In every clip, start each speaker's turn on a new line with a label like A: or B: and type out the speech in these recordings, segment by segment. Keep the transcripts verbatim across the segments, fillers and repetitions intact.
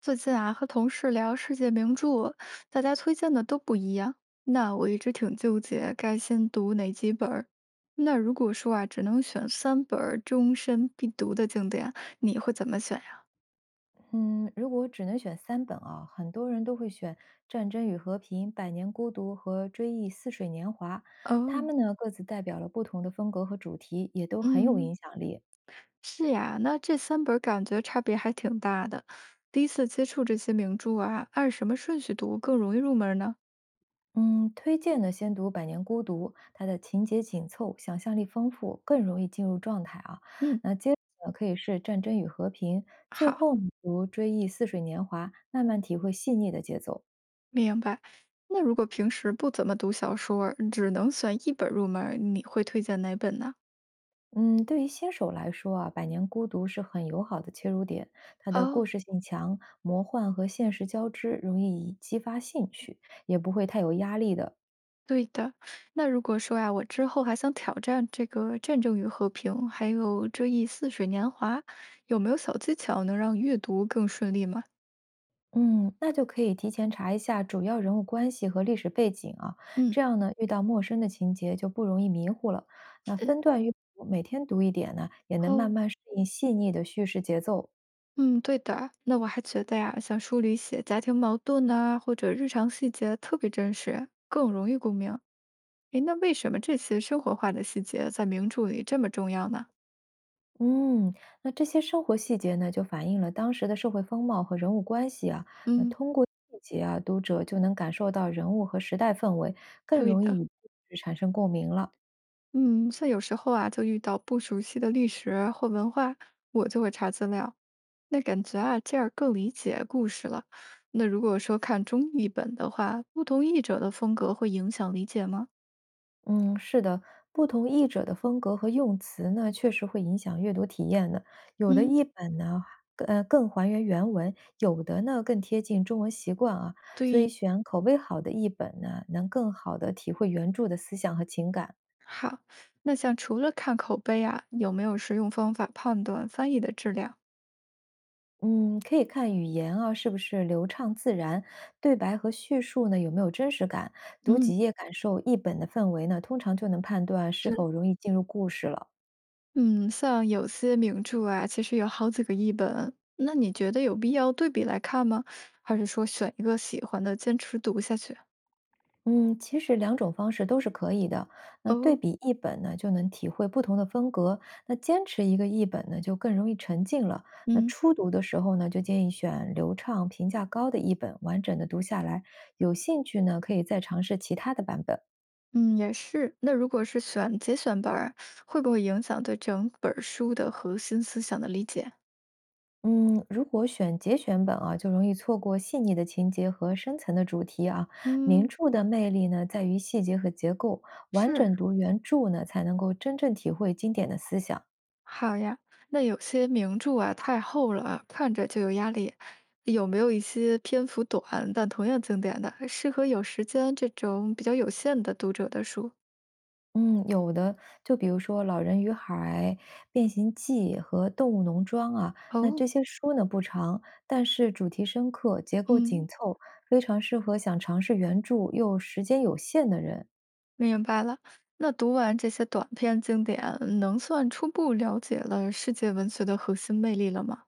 A: 最近啊，和同事聊世界名著，大家推荐的都不一样。那我一直挺纠结，该先读哪几本儿？那如果说啊，只能选三本儿终身必读的经典，你会怎么选呀？
B: 嗯，如果只能选三本啊，很多人都会选《战争与和平》《百年孤独》和《追忆似水年华》，他
A: 哦。
B: 们呢各自代表了不同的风格和主题，也都很有影
A: 嗯。
B: 响力。
A: 是呀，那这三本儿感觉差别还挺大的。第一次接触这些名著啊，按什么顺序读更容易入门呢？
B: 嗯，推荐呢先读《百年孤独》，它的情节紧凑，想象力丰富，更容易进入状态啊。
A: 嗯。
B: 那接着呢可以是《战争与和平》，最
A: 好。
B: 后呢读《追忆似水年华》，慢慢体会细腻的节奏。
A: 明白。那如果平时不怎么读小说儿只能选一本入门儿，你会推荐哪本呢？
B: 嗯，对于新手来说啊，《百年孤独》是很友好的切入点，它的故
A: 哦，
B: 事性强，魔幻和现实交织，容易激发兴趣，也不会太有压力的。
A: 对的。那如果说呀，我之后还想挑战这个《战争与和平》，还有《追忆似水年华》，有没有小技巧能让阅读更顺利吗？
B: 嗯，那就可以提前查一下主要人物关系和历史背景啊，
A: 嗯。
B: 这样呢，遇到陌生的情节就不容易迷糊了。那
A: 是。
B: 分段阅读，每天读一点呢，也能慢
A: 哦。
B: 慢适应细腻的叙事节奏。
A: 嗯，对的啊。那我还觉得呀，像书里写家庭矛盾呐、或者日常细节特别真实，更容易共鸣。诶，那为什么这些生活化的细节在名著里这么重要呢？
B: 嗯，那这些生活细节呢，就反映了当时的社会风貌和人物关系啊。那
A: 嗯，
B: 通过细节啊，读者就能感受到人物和时代氛围，更
A: 对
B: 容易
A: 的。
B: 与故事产生共鸣了。
A: 嗯，像有时候啊，就遇到不熟悉的历史或文化，我就会查资料。那感觉啊，这样更理解故事了。那如果说看中译本的话，不同译者的风格会影响理解吗？
B: 嗯，是的，不同译者的风格和用词呢，确实会影响阅读体验的。有的
A: 嗯。
B: 译本呢，呃，更还原原文；有的呢，更贴近中文习惯啊。所以选口碑好的译本呢，能更好的体会原著的思想和情感。
A: 好。那像除了看口碑啊，有没有实用方法判断翻译的质量？
B: 嗯，可以看语言啊，是不是流畅自然，对白和叙述呢有没有真实感，读
A: 嗯。
B: 几页感受译本的氛围呢，通常就能判断是否
A: 是。
B: 容易进入故事了。
A: 嗯，像有些名著啊，其实有好几个译本，那你觉得有必要对比来看吗？还是说选一个喜欢的坚持读下去？
B: 嗯，其实两种方式都是可以的。那对
A: 哦。
B: 比译本呢，就能体会不同的风格；那坚持一个译本呢，就更容易沉浸了。那
A: 嗯。
B: 初读的时候呢，就建议选流畅、评价高的译本，完整的读下来。有兴趣呢，可以再尝试其他的版本。
A: 嗯，也是。那如果是选节选本儿，会不会影响对整本儿书的核心思想的理解？
B: 嗯，如果选节选本啊，就容易错过细腻的情节和深层的主题啊。名
A: 嗯。
B: 著的魅力呢，在于细节和结构，完
A: 是。
B: 整读原著呢，才能够真正体会经典的思想。
A: 好呀。那有些名著啊，太厚了啊，看着就有压力。有没有一些篇幅短但同样经典的，适合有时间这种比较有限的读者的书？
B: 嗯，有的就比如说《老人与海》《变形记》和《动物农庄》啊，那
A: 哦。
B: 这些书呢不长，但是主题深刻，结构紧
A: 嗯，
B: 凑，非常适合想尝试原著又时间有限的人。
A: 明白了。那读完这些短篇经典，能算初步了解了世界文学的核心魅力了吗？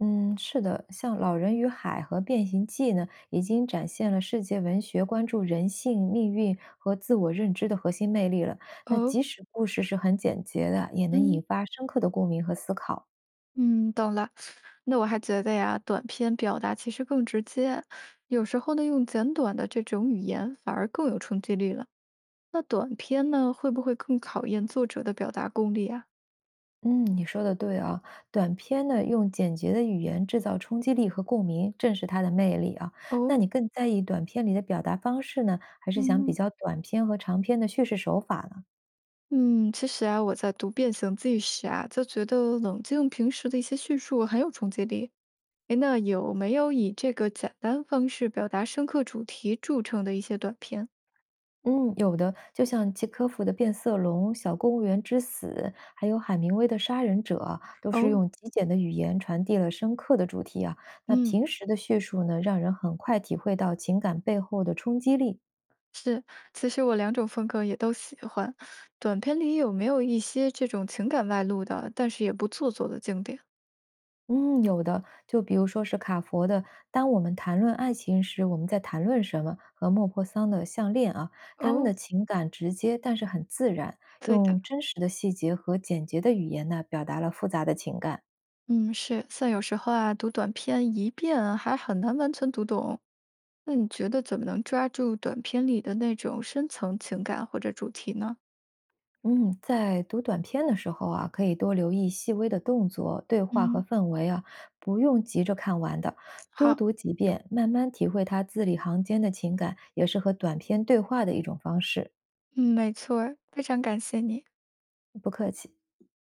B: 嗯，是的，像《老人与海》和《变形记》呢，已经展现了世界文学关注人性、命运和自我认知的核心魅力了。那
A: 哦。
B: 即使故事是很简洁的，也能引
A: 嗯。
B: 发深刻的共鸣和思考。
A: 嗯，懂了。那我还觉得呀，短篇表达其实更直接，有时候呢，用简短的这种语言反而更有冲击力了。那短篇呢，会不会更考验作者的表达功力啊？
B: 嗯，你说的对啊，短片呢用简洁的语言制造冲击力和共鸣，正是它的魅力啊。那
A: 哦。
B: 你更在意短片里的表达方式呢，还是想比
A: 嗯。
B: 较短片和长片的叙事手法呢？
A: 嗯，其实啊，我在读《变形记》时啊，就觉得冷静平时的一些叙述很有冲击力。诶，那有没有以这个简单方式表达深刻主题著称的一些短片？
B: 嗯，有的，就像契诃夫的变色龙、小公务员之死，还有海明威的《杀人者》啊都是
A: 哦。
B: 用极简的语言传递了深刻的主题啊。那
A: 嗯。
B: 平时的叙述呢，让人很快体会到情感背后的冲击力。
A: 是，其实我两种风格也都喜欢。短片里有没有一些这种情感外露的，但是也不做作的经典？
B: 嗯，有的，就比如说是卡佛的《当我们谈论爱情时，我们在谈论什么》和莫泊桑的《项链》啊，他们
A: 哦，
B: 的情感直接，但是很自然，
A: 对的。
B: 用真实的细节和简洁的语言呢，表达了复杂的情感。
A: 嗯，是，像有时候啊，读短片一遍还很难完全读懂。那你觉得怎么能抓住短片里的那种深层情感或者主题呢？
B: 嗯，在读短篇的时候啊，可以多留意细微的动作、对话和
A: 嗯。
B: 氛围啊，不用急着看完的，多
A: 好。
B: 读几遍，慢慢体会它字里行间的情感，也是和短篇对话的一种方式。
A: 嗯，没错儿非常感谢你。
B: 不客气。